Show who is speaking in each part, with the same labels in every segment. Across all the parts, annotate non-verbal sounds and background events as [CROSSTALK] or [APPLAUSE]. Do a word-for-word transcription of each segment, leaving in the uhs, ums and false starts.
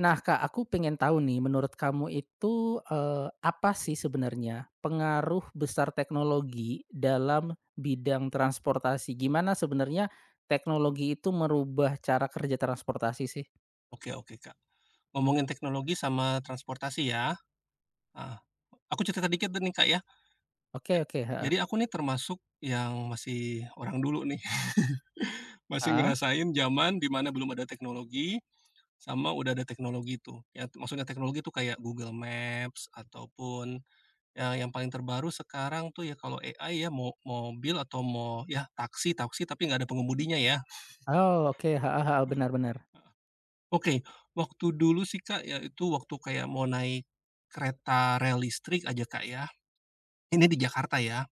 Speaker 1: Nah, Kak, aku pengen tahu nih, menurut kamu itu, eee, apa sih sebenarnya pengaruh besar teknologi dalam bidang transportasi? Gimana sebenarnya teknologi itu merubah cara kerja transportasi sih?
Speaker 2: Oke oke, Kak. Ngomongin teknologi sama transportasi ya, heeh. Aku cerita dikit deh nih, Kak, ya.
Speaker 1: Oke oke, heeh.
Speaker 2: Jadi aku nih termasuk yang masih orang dulu nih. [LAUGHS] Masih
Speaker 1: Heeh?
Speaker 2: ngerasain zaman di mana belum ada teknologi, sama udah ada teknologi tuh. Ya t- maksudnya teknologi tuh kayak Google Maps ataupun ya yang paling terbaru sekarang tuh ya kalau A I ya, mau mobil atau mau ya taksi taksi tapi nggak ada pengemudinya ya.
Speaker 1: Oh, oke, heeh heeh, benar benar.
Speaker 2: Oke, waktu dulu sih, Kak, ya itu waktu kayak mau naik kereta rel listrik aja, Kak, ya. Ini di Jakarta ya,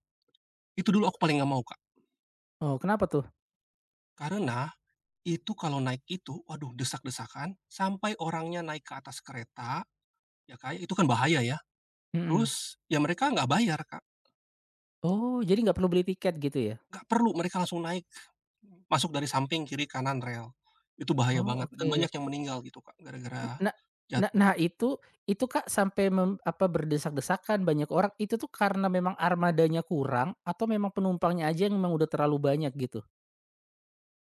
Speaker 2: itu dulu aku paling nggak mau, Kak.
Speaker 1: Oh, kenapa tuh?
Speaker 2: Karena itu kalau naik itu, waduh desak-desakan, sampai orangnya naik ke atas kereta, ya, Kak, ya, itu kan bahaya ya.
Speaker 1: Mhm.
Speaker 2: Terus, ya mereka nggak bayar, Kak,
Speaker 1: Oh, jadi nggak perlu beli tiket gitu ya?
Speaker 2: nggak perlu, mereka langsung naik, masuk dari samping, kiri, kanan rel. Itu bahaya
Speaker 1: Oh,
Speaker 2: banget dan banyak
Speaker 1: oke.
Speaker 2: yang meninggal gitu, Kak, gara-gara
Speaker 1: Nah nah
Speaker 2: jatuh.
Speaker 1: nah itu itu, Kak, sampai mem apa, berdesak-desakan banyak orang, itu tuh karena memang armadanya kurang atau memang penumpangnya aja yang memang udah terlalu banyak gitu?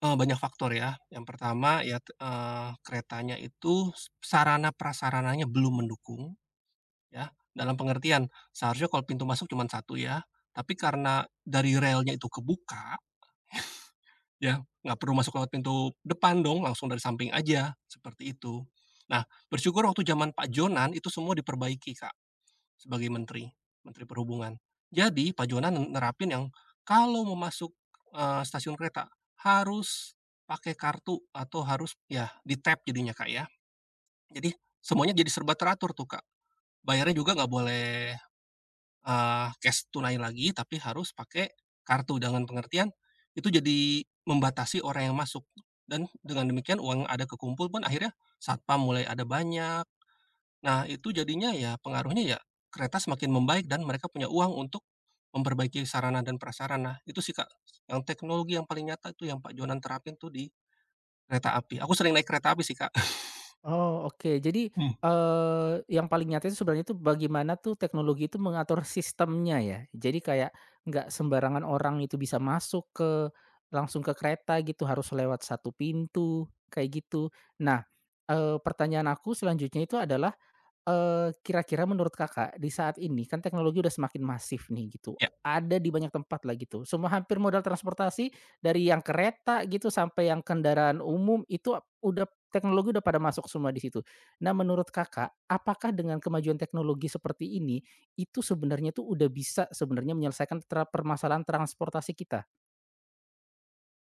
Speaker 2: Eee, banyak faktor ya. Yang pertama ya t eee, keretanya itu s sarana prasarananya belum mendukung ya, dalam pengertian seharusnya kalau pintu masuk cuma satu ya, tapi karena dari relnya itu kebuka ya, nggak perlu masuk lewat pintu depan dong, langsung dari samping aja, seperti itu. Nah, bersyukur waktu zaman Pak Jonan itu semua diperbaiki, Kak, sebagai menteri, menteri perhubungan. Jadi Pak Jona ne nerapin yang kalau mau masuk, eee, stasiun kereta harus pakai kartu atau harus ya di-tap jadinya, Kak, ya. Jadi semuanya jadi serba teratur tuh, Kak. Bayarnya juga nggak boleh, eee, cash tunai lagi tapi harus pakai kartu dengan pengertian itu jadi membatasi orang yang masuk, dan dengan demikian uang yang ada kekumpul pun akhirnya satpam mulai ada banyak. Nah, itu jadinya ya pengaruhnya ya, kereta semakin membaik dan mereka punya uang untuk memperbaiki sarana dan prasarana. Itu sih, Kak, yang teknologi yang paling nyata itu yang Pak Jonan terapin tuh di kereta api. Aku sering naik kereta api sih, Kak.
Speaker 1: Oh, oke. Jadi,
Speaker 2: Hmm,
Speaker 1: Eee, yang paling nyata itu sebenarnya itu bagaimana tuh teknologi itu mengatur sistemnya ya. Jadi kayak nggak sembarangan orang itu bisa masuk ke langsung ke kereta gitu, harus lewat satu pintu, kayak gitu. Nah, eee, pertanyaan aku selanjutnya itu adalah Eee, kira-kira menurut Kakak di saat ini kan teknologi udah semakin masif nih gitu,
Speaker 2: ya.
Speaker 1: ada di banyak tempat lah gitu, semua hampir modal transportasi dari yang kereta gitu sampai yang kendaraan umum itu udah teknologi udah pada masuk semua di situ. Nah, menurut Kakak, apakah dengan kemajuan teknologi seperti ini, itu sebenarnya tuh udah bisa sebenarnya menyelesaikan tra permasalahan transportasi kita?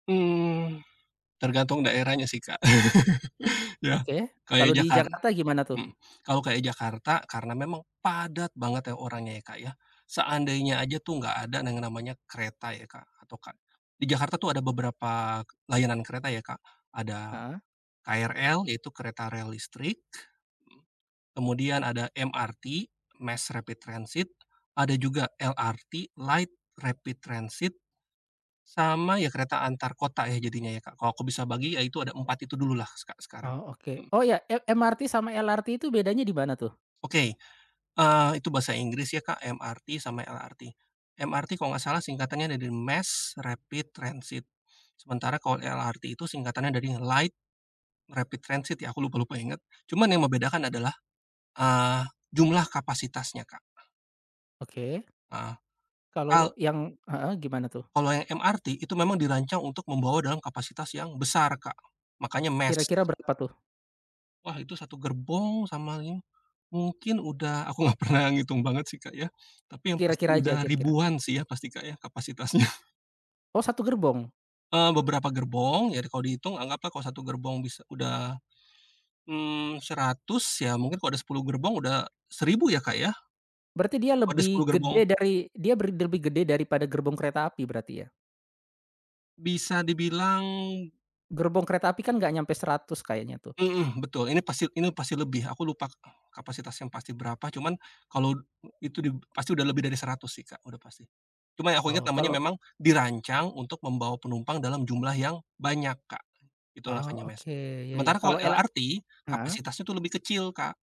Speaker 2: Mmm, tergantung daerahnya sih, Kak, [LAUGHS] ya.
Speaker 1: Oke, kalau
Speaker 2: Kayak
Speaker 1: di
Speaker 2: Jakar
Speaker 1: Jakarta gimana tuh?
Speaker 2: mhm, kalau kayak Jakarta karena memang padat banget ya orangnya ya, Kak, ya. Seandainya aja tuh nggak ada yang namanya kereta ya, Kak, atau kak di Jakarta tuh ada beberapa layanan kereta ya, Kak. Ada
Speaker 1: Heeh.
Speaker 2: K R L yaitu kereta rel listrik, mmm, kemudian ada M R T, Mass Rapid Transit, ada juga L R T, Light Rapid Transit, sama ya kereta antar kota ya jadinya ya, Kak. Kalau aku bisa bagi ya itu ada empat itu dululah seka sekarang.
Speaker 1: Oh, oke.
Speaker 2: Mhm.
Speaker 1: Oh ya, e M R T sama L R T itu bedanya di mana tuh?
Speaker 2: Oke, eee, itu bahasa Inggris ya, Kak, M R T sama L R T. M R T kalau nggak salah singkatannya dari Mass Rapid Transit, sementara kalau L R T itu singkatannya dari Light Rapid Transit ya, aku lupa lupa inget, cuman yang membedakan adalah Eee, jumlah kapasitasnya, Kak.
Speaker 1: Oke.
Speaker 2: Heeh,
Speaker 1: Kalau
Speaker 2: kal
Speaker 1: yang heeh, gimana tuh?
Speaker 2: kalau yang M R T itu memang dirancang untuk membawa dalam kapasitas yang besar, Kak. Makanya mass.
Speaker 1: Kira-kira berapa tuh?
Speaker 2: Wah, itu satu gerbong sama ini mungkin udah [LAUGHS] aku nggak pernah ngitung banget sih, Kak, ya. Tapi yang pasti
Speaker 1: Kira-kira aja,
Speaker 2: udah
Speaker 1: kira-kira.
Speaker 2: ribuan sih ya pasti, Kak, ya kapasitasnya. [LAUGHS]
Speaker 1: Oh, satu gerbong?
Speaker 2: Eee, beberapa gerbong, ya kalau dihitung anggaplah kalau satu gerbong bisa udah, mmm, seratus ya mungkin, kalau ada sepuluh gerbong udah seribu ya, Kak, ya?
Speaker 1: Berarti dia
Speaker 2: Kalau ada
Speaker 1: lebih
Speaker 2: sepuluh gerbong.
Speaker 1: gede dari dia ber lebih gede daripada gerbong kereta api berarti ya?
Speaker 2: Bisa dibilang.
Speaker 1: Gerbong kereta api kan nggak nyampe seratus kayaknya tuh.
Speaker 2: Mhm, betul. Ini pasti ini pasti lebih, aku lupa kapasitasnya pasti berapa, cuman kalau itu di pasti udah lebih dari seratus sih, Kak, udah pasti. Cuma yang aku ingat,
Speaker 1: Oh
Speaker 2: namanya
Speaker 1: kalau
Speaker 2: memang dirancang untuk membawa penumpang dalam jumlah yang banyak, Kak. Itu
Speaker 1: oh
Speaker 2: makanya mes.
Speaker 1: oke, iya iya.
Speaker 2: Sementara kalau
Speaker 1: Kalau ela
Speaker 2: L R T
Speaker 1: heeh,
Speaker 2: kapasitasnya tuh lebih kecil, Kak.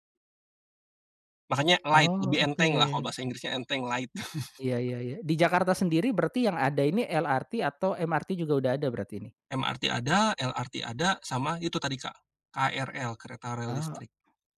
Speaker 2: Makanya light, lebih
Speaker 1: oh oke.
Speaker 2: enteng lah kalau bahasa Inggrisnya enteng, light. [LAUGHS]
Speaker 1: Iya iya iya. Di Jakarta sendiri berarti yang ada ini L R T atau M R T juga udah ada berarti ini?
Speaker 2: M R T ada, L R T ada, sama itu tadi, Kak, K R L, kereta rel
Speaker 1: Oh.
Speaker 2: listrik.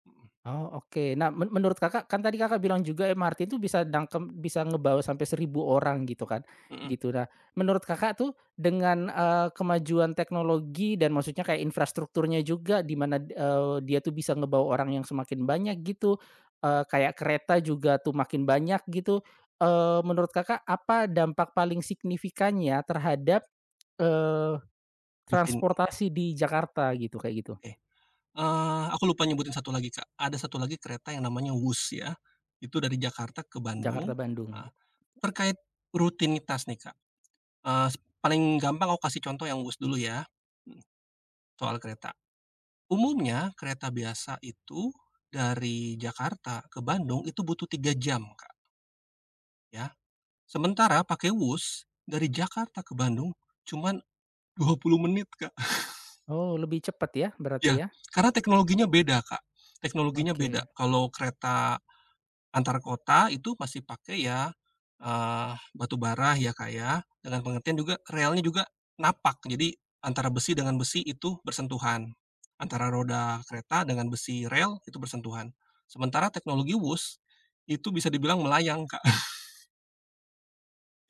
Speaker 2: Mhm
Speaker 1: Oh, oke. Nah, men menurut Kakak, kan tadi Kakak bilang juga M R T itu bisa dangkem bisa ngebawa sampai seribu orang gitu kan,
Speaker 2: mhm,
Speaker 1: gitu. Nah, menurut Kakak tuh dengan, eee, kemajuan teknologi dan maksudnya kayak infrastrukturnya juga di mana, eee, dia tuh bisa ngebawa orang yang semakin banyak gitu, eee, kayak kereta juga tuh makin banyak gitu, eee, menurut Kakak apa dampak paling signifikannya terhadap, eee,
Speaker 2: rutin,
Speaker 1: transportasi di Jakarta gitu, kayak gitu?
Speaker 2: oke. Eee, aku lupa nyebutin satu lagi, Kak. Ada satu lagi kereta yang namanya Wus ya, itu dari Jakarta ke Bandung,
Speaker 1: Jakarta Bandung.
Speaker 2: heeh. Terkait rutinitas nih, Kak, eee, s paling gampang aku kasih contoh yang Wus dulu ya, mhm, soal kereta. Umumnya kereta biasa itu dari Jakarta ke Bandung itu butuh tiga jam, Kak, ya. Sementara pakai Wus dari Jakarta ke Bandung cuman dua puluh menit, Kak. [LAUGHS]
Speaker 1: Oh, lebih cepet ya
Speaker 2: Ya,
Speaker 1: berarti ya?
Speaker 2: karena teknologinya beda, Kak, teknologinya beda.
Speaker 1: Oke.
Speaker 2: Kalau kereta antar kota itu masih pakai ya, eee, batu bara ya, Kak, ya, dengan pengertian juga relnya juga napak. Jadi antara besi dengan besi itu bersentuhan, antara roda kereta dengan besi rel itu bersentuhan. Sementara teknologi WUS itu bisa dibilang melayang, Kak, [LAUGHS]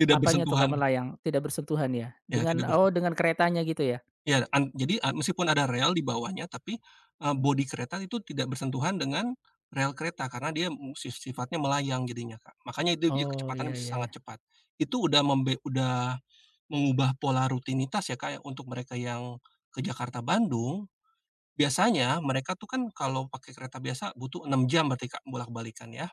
Speaker 2: tidak
Speaker 1: Apanya tuh Kak
Speaker 2: bersentuhan,
Speaker 1: melayang? Tidak bersentuhan ya?
Speaker 2: ya
Speaker 1: Dengan
Speaker 2: tidak ber
Speaker 1: oh dengan keretanya gitu ya?
Speaker 2: Ya, an jadi, eee, meskipun ada rel di bawahnya, tapi eee, bodi kereta itu tidak bersentuhan dengan rel kereta karena dia mu si sifatnya melayang jadinya, Kak. Makanya itu dia
Speaker 1: Oh,
Speaker 2: kecepatannya
Speaker 1: iya
Speaker 2: bisa
Speaker 1: iya iya.
Speaker 2: sangat cepat. Itu udah membe udah mengubah pola rutinitas ya, Kak, ya, untuk mereka yang ke Jakarta, Bandung, biasanya mereka tuh kan kalau pakai kereta biasa butuh enam jam berarti, Kak, bolak-balikan ya.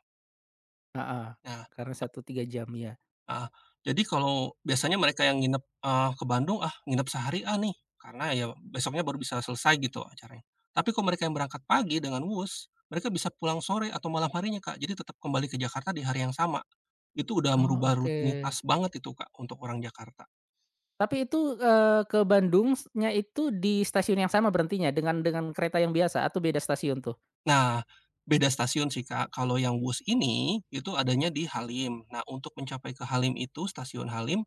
Speaker 1: Heeh.
Speaker 2: Nah.
Speaker 1: Karena satu tiga jam ya.
Speaker 2: Ah, jadi kalau biasanya mereka yang nginep, eee, ke Bandung, "Ah, nginep sehari ah nih," karena ya besoknya baru bisa selesai gitu acaranya. Tapi kalau mereka yang berangkat pagi dengan WUS, mereka bisa pulang sore atau malam harinya, Kak, jadi tetap kembali ke Jakarta di hari yang sama. Itu udah
Speaker 1: Oh,
Speaker 2: merubah
Speaker 1: oke.
Speaker 2: rutinitas banget itu, Kak, untuk orang Jakarta.
Speaker 1: Tapi itu, eee, ke Bandungnya itu di stasiun yang sama berhentinya dengan dengan kereta yang biasa atau beda stasiun tuh?
Speaker 2: Nah, beda stasiun sih, Kak, kalau yang WUS ini, itu adanya di Halim. Nah, untuk mencapai ke Halim itu, stasiun Halim,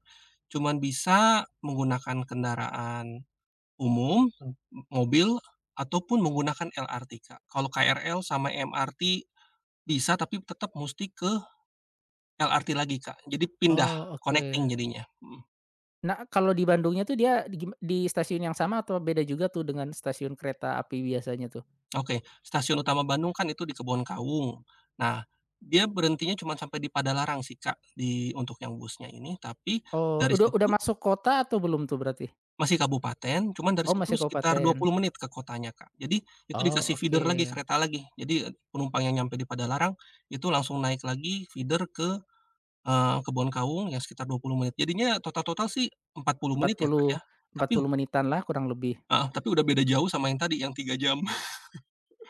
Speaker 2: cuman bisa menggunakan kendaraan umum, mobil, ataupun menggunakan L R T, Kak. Kalau K R L sama MRT bisa, tapi tetap musti ke L R T lagi, Kak. Jadi pindah,
Speaker 1: Oh,
Speaker 2: connecting
Speaker 1: oke.
Speaker 2: jadinya, mhm.
Speaker 1: Nah, kalau di Bandungnya tuh dia di, gim di stasiun yang sama atau beda juga tuh dengan stasiun kereta api biasanya tuh?
Speaker 2: Oke, stasiun utama Bandung kan itu di Kebonkawung. Nah, dia berhentinya cuman sampai di Padalarang sih, Kak, di untuk yang busnya ini, tapi
Speaker 1: Oh,
Speaker 2: dari
Speaker 1: udah udah
Speaker 2: situ
Speaker 1: masuk kota atau belum tuh berarti?
Speaker 2: masih kabupaten, cuman dari
Speaker 1: Oh,
Speaker 2: situ
Speaker 1: masih
Speaker 2: sekitar
Speaker 1: kabupaten.
Speaker 2: dua puluh menit ke kotanya, Kak. Jadi itu
Speaker 1: Oh,
Speaker 2: dikasih
Speaker 1: oke.
Speaker 2: feeder lagi, kereta lagi. Jadi, eee, penumpang yang nyampe di Padalarang, itu langsung naik lagi feeder ke Eee, Kebon Kawung ya sekitar dua puluh menit. Jadinya total-total sih empat puluh
Speaker 1: empat empat
Speaker 2: menit ya, Kak,
Speaker 1: puluh
Speaker 2: ya.
Speaker 1: empat
Speaker 2: Tapi
Speaker 1: puluh menitan lah kurang lebih.
Speaker 2: heeh, tapi udah beda jauh sama yang tadi yang tiga jam. [LAUGHS]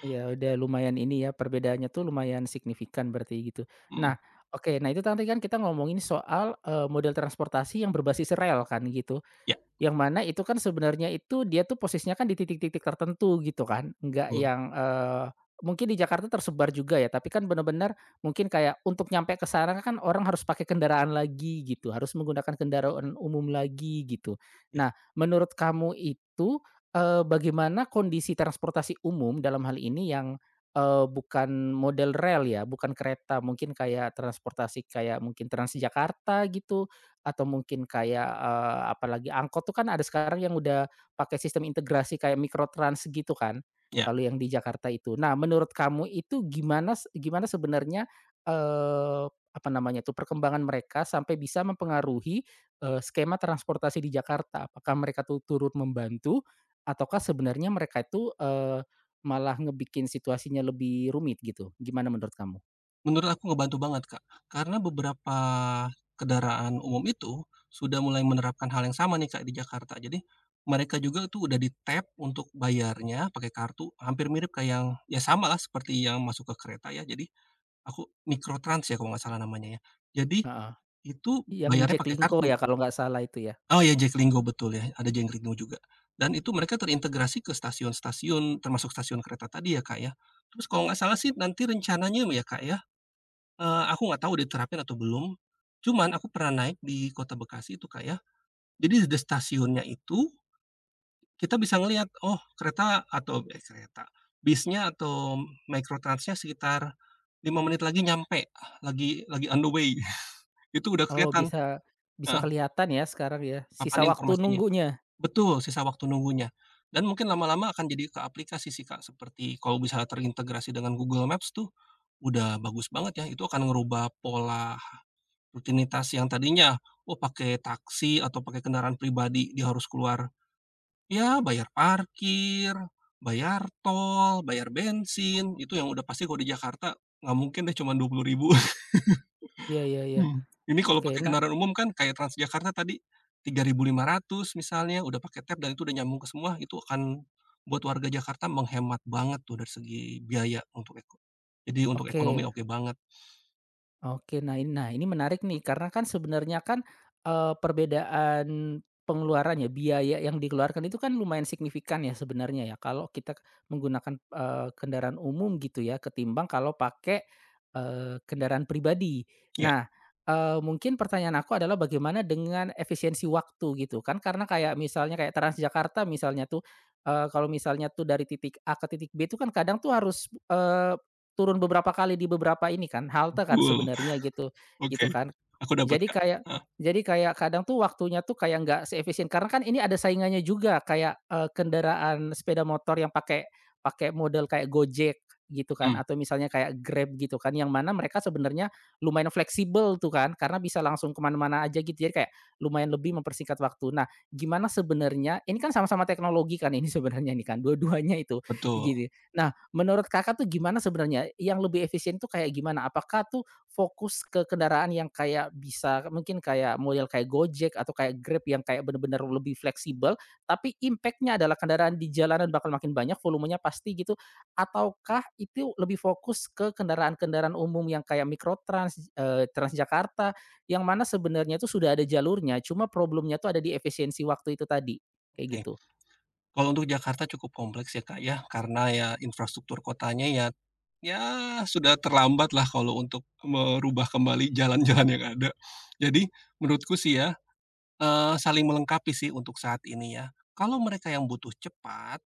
Speaker 1: Iya, udah lumayan ini ya, perbedaannya tuh lumayan signifikan berarti gitu.
Speaker 2: Mhm,
Speaker 1: Nah, oke, nah itu tadi kan kita ngomongin soal, eee, model transportasi yang berbasis rel kan gitu.
Speaker 2: ya
Speaker 1: Yang mana itu kan sebenarnya itu dia tuh posisinya kan di titik-titik tertentu gitu kan, nggak
Speaker 2: betul,
Speaker 1: yang, eee, mungkin di Jakarta tersebar juga ya, tapi kan benar-benar mungkin kayak untuk nyampe ke sana kan orang harus pakai kendaraan lagi gitu, harus menggunakan kendaraan umum lagi gitu.
Speaker 2: ya
Speaker 1: Nah, menurut kamu itu, eee, bagaimana kondisi transportasi umum dalam hal ini yang, eee, bukan model rel ya, bukan kereta, mungkin kayak transportasi kayak mungkin Transjakarta gitu atau mungkin kayak, eee, apalagi angkot tuh kan ada sekarang yang udah pakai sistem integrasi kayak mikrotrans gitu kan,
Speaker 2: ya.
Speaker 1: kalau yang di Jakarta itu. Nah, menurut kamu itu gimana s gimana sebenarnya, eee, apa namanya tuh, perkembangan mereka sampai bisa mempengaruhi, eee, skema transportasi di Jakarta? Apakah mereka tuh turut membantu ataukah sebenarnya mereka itu, eee, malah ngebikin situasinya lebih rumit gitu? Gimana menurut kamu?
Speaker 2: Menurut aku ngebantu banget, Kak, karena beberapa kendaraan umum itu sudah mulai menerapkan hal yang sama nih, Kak, di Jakarta. Jadi mereka juga tuh udah di-tap untuk bayarnya pakai kartu, hampir mirip kayak yang ya samalah seperti yang masuk ke kereta ya. Jadi aku mikrotrans ya kalau nggak salah namanya ya. Jadi
Speaker 1: Heeh,
Speaker 2: itu
Speaker 1: yang
Speaker 2: bayarnya
Speaker 1: Jack
Speaker 2: pakai
Speaker 1: Linko
Speaker 2: kartu.
Speaker 1: ya kalau nggak salah itu ya?
Speaker 2: Oh ya, Jaklinggo betul ya, ada Jaklinggo juga. Dan itu mereka terintegrasi ke stasiun-stasiun, termasuk stasiun kereta tadi ya, Kak, ya. Terus kalau nggak salah sih nanti rencananya ya, Kak, ya, eee, aku nggak tahu diterapin atau belum, cuman aku pernah naik di Kota Bekasi itu, Kak, ya. Jadi di stasiunnya itu kita bisa ngelihat, oh kereta atau eh kereta, bisnya atau microtransnya sekitar lima menit lagi nyampe, lagi lagi on the way. [LAUGHS] Itu udah
Speaker 1: Oh,
Speaker 2: kelihatan,
Speaker 1: bisa bisa
Speaker 2: heeh,
Speaker 1: kelihatan ya sekarang ya, sisa
Speaker 2: papan
Speaker 1: waktu
Speaker 2: informasinya.
Speaker 1: nunggunya?
Speaker 2: Betul, sisa waktu nunggunya. Dan mungkin lama-lama akan jadi ke aplikasi sih, Kak, seperti kalau misalnya terintegrasi dengan Google Maps tuh, udah bagus banget ya, itu akan ngerubah pola rutinitas yang tadinya, oh pakai taksi atau pakai kendaraan pribadi, dia harus keluar, ya bayar parkir, bayar tol, bayar bensin, itu yang udah pasti kalau di Jakarta nggak mungkin deh cuma dua puluh ribu.
Speaker 1: Iya iya iya.
Speaker 2: Mhm, ini kalau
Speaker 1: Oke,
Speaker 2: pakai
Speaker 1: nah,
Speaker 2: kendaraan umum kan kayak Transjakarta tadi, tiga ribu lima ratus misalnya, udah pakai tap dan itu udah nyambung ke semua, itu akan buat warga Jakarta menghemat banget tuh dari segi biaya untuk eko jadi untuk ekonomi
Speaker 1: oke.
Speaker 2: oke banget.
Speaker 1: Oke, nah ini nah ini menarik nih karena kan sebenarnya kan, eee, perbedaan pengeluarannya biaya yang dikeluarkan itu kan lumayan signifikan ya sebenarnya ya kalau kita menggunakan, eee, kendaraan umum gitu ya ketimbang kalau pakai, eee, kendaraan pribadi.
Speaker 2: Ya,
Speaker 1: Nah, eee, mungkin pertanyaan aku adalah bagaimana dengan efisiensi waktu gitu kan karena kayak misalnya kayak Transjakarta misalnya tuh, eee, kalau misalnya tuh dari titik A ke titik B itu kan kadang tuh harus, turun beberapa kali di beberapa ini kan, halte kan
Speaker 2: betul,
Speaker 1: sebenarnya gitu,
Speaker 2: oke.
Speaker 1: gitu kan.
Speaker 2: Aku dapat,
Speaker 1: Jadi
Speaker 2: Kak.
Speaker 1: kayak
Speaker 2: Heeh,
Speaker 1: jadi kayak kadang tuh waktunya tuh kayak nggak seefisien karena kan ini ada saingannya juga kayak, eee, kendaraan sepeda motor yang pakai pakai model kayak Gojek gitu kan
Speaker 2: mhm,
Speaker 1: atau misalnya kayak Grab gitu kan yang mana mereka sebenarnya lumayan fleksibel tuh kan karena bisa langsung kemana mana aja gitu, jadi kayak lumayan lebih mempersingkat waktu. Nah, gimana sebenarnya ini kan sama-sama teknologi kan ini [LAUGHS] sebenarnya ini kan dua-duanya itu
Speaker 2: betul,
Speaker 1: gitu. Nah, menurut Kakak tuh gimana sebenarnya, yang lebih efisien tuh kayak gimana? Apakah tuh fokus ke kendaraan yang kayak bisa mungkin kayak model kayak Gojek atau kayak Grab yang kayak bener-bener lebih fleksibel, tapi impact-nya adalah kendaraan di jalanan bakal makin banyak, volumenya pasti gitu? Ataukah itu lebih fokus ke kendaraan-kendaraan umum yang kayak mikrotrans, eee, Transjakarta, yang mana sebenarnya itu sudah ada jalurnya, cuma problemnya tuh ada di efisiensi waktu itu tadi, kayak
Speaker 2: oke.
Speaker 1: gitu?
Speaker 2: Kalau untuk Jakarta cukup kompleks ya, Kak, ya, karena ya infrastruktur kotanya ya ya sudah terlambatlah kalau untuk merubah kembali jalan-jalan yang ada. Jadi menurutku sih ya, Eee, saling melengkapi sih untuk saat ini ya. Kalau mereka yang butuh cepat,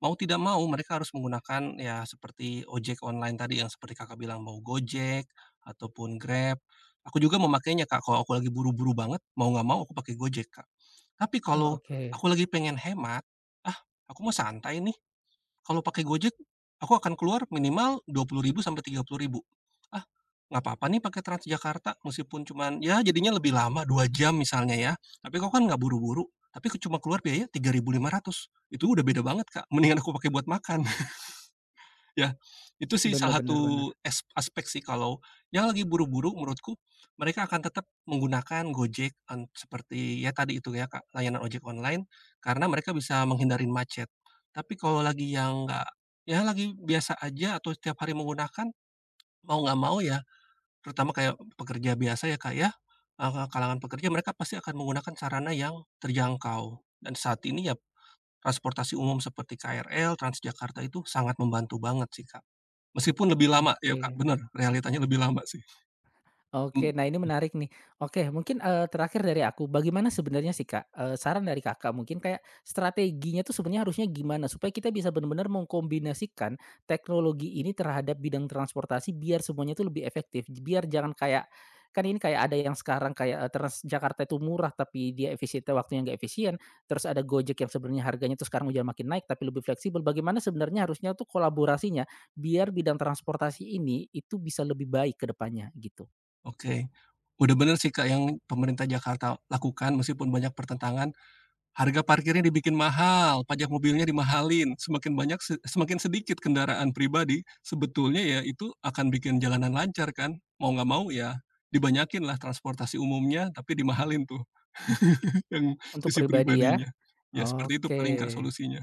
Speaker 2: mau tidak mau mereka harus menggunakan ya seperti ojek online tadi yang seperti Kakak bilang, mau Gojek ataupun Grab. Aku juga memakainya, Kak, kalau aku lagi buru-buru banget, mau nggak mau aku pakai Gojek, Kak. Tapi
Speaker 1: Oh,
Speaker 2: kalau
Speaker 1: oke.
Speaker 2: aku lagi pengen hemat, ah, aku mau santai nih, kalau pakai Gojek, aku akan keluar minimal dua puluh ribu sampai tiga puluh ribu. Ah, nggak apa-apa nih pakai Transjakarta meskipun cuman ya jadinya lebih lama dua jam misalnya ya, tapi aku kan nggak buru-buru, tapi ke- cuma keluar biaya tiga ribu lima ratus. Itu udah beda banget, Kak, mendingan aku pakai buat makan. Ya, itu sih
Speaker 1: Bener
Speaker 2: salah
Speaker 1: bener
Speaker 2: satu
Speaker 1: bener.
Speaker 2: es aspek sih kalau yang lagi buru-buru menurutku mereka akan tetap menggunakan Gojek an seperti ya tadi itu ya Kak, layanan ojek online karena mereka bisa menghindarin macet. Tapi kalau lagi yang nggak, ya lagi biasa aja atau setiap hari menggunakan, mau nggak mau ya terutama kayak pekerja biasa ya Kak ya, eee, kalangan pekerja mereka pasti akan menggunakan sarana yang terjangkau. Dan saat ini ya transportasi umum seperti K R L, Transjakarta itu sangat membantu banget sih Kak. Meskipun lebih lama ya, Kak,
Speaker 1: Oke.
Speaker 2: bener, realitanya lebih lama sih, mhm,
Speaker 1: Oke, nah ini menarik nih. Oke, mungkin, eee, terakhir dari aku, bagaimana sebenarnya sih, Kak, eee, saran dari Kakak mungkin kayak strateginya tuh sebenarnya harusnya gimana supaya kita bisa benar-benar mengkombinasikan teknologi ini terhadap bidang transportasi biar semuanya itu lebih efektif, biar jangan kayak kan ini kayak ada yang sekarang kayak, eee, Transjakarta itu murah tapi dia efisiennya waktunya nggak efisien, terus ada Gojek yang sebenarnya harganya tuh sekarang udah makin naik tapi lebih fleksibel. Bagaimana sebenarnya harusnya tuh kolaborasinya biar bidang transportasi ini itu bisa lebih baik ke depannya, gitu?
Speaker 2: oke. Udah bener sih, Kak, yang pemerintah Jakarta lakukan meskipun banyak pertentangan, harga parkirnya dibikin mahal, pajak mobilnya dimahalin, semakin banyak se semakin sedikit kendaraan pribadi, sebetulnya ya itu akan bikin jalanan lancar kan, mau nggak mau ya dibanyakinlah transportasi umumnya, tapi dimahalin tuh [LAUGHS] yang
Speaker 1: Untuk
Speaker 2: sisi
Speaker 1: pribadi ya?
Speaker 2: pribadinya. Ya seperti itu
Speaker 1: Oke.
Speaker 2: paling, Kak, solusinya.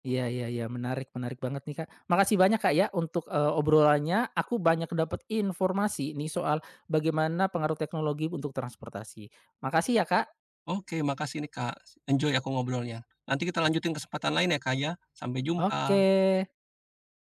Speaker 1: Iya iya iya, menarik menarik banget nih, Kak. Makasih banyak, Kak, ya untuk, eee, obrolannya. Aku banyak dapat informasi nih soal bagaimana pengaruh teknologi untuk transportasi. Makasih ya, Kak.
Speaker 2: Oke, makasih nih Kak, enjoy aku ngobrolnya. Nanti kita lanjutin kesempatan lain ya Kak ya, sampai
Speaker 1: Oke.
Speaker 2: jumpa.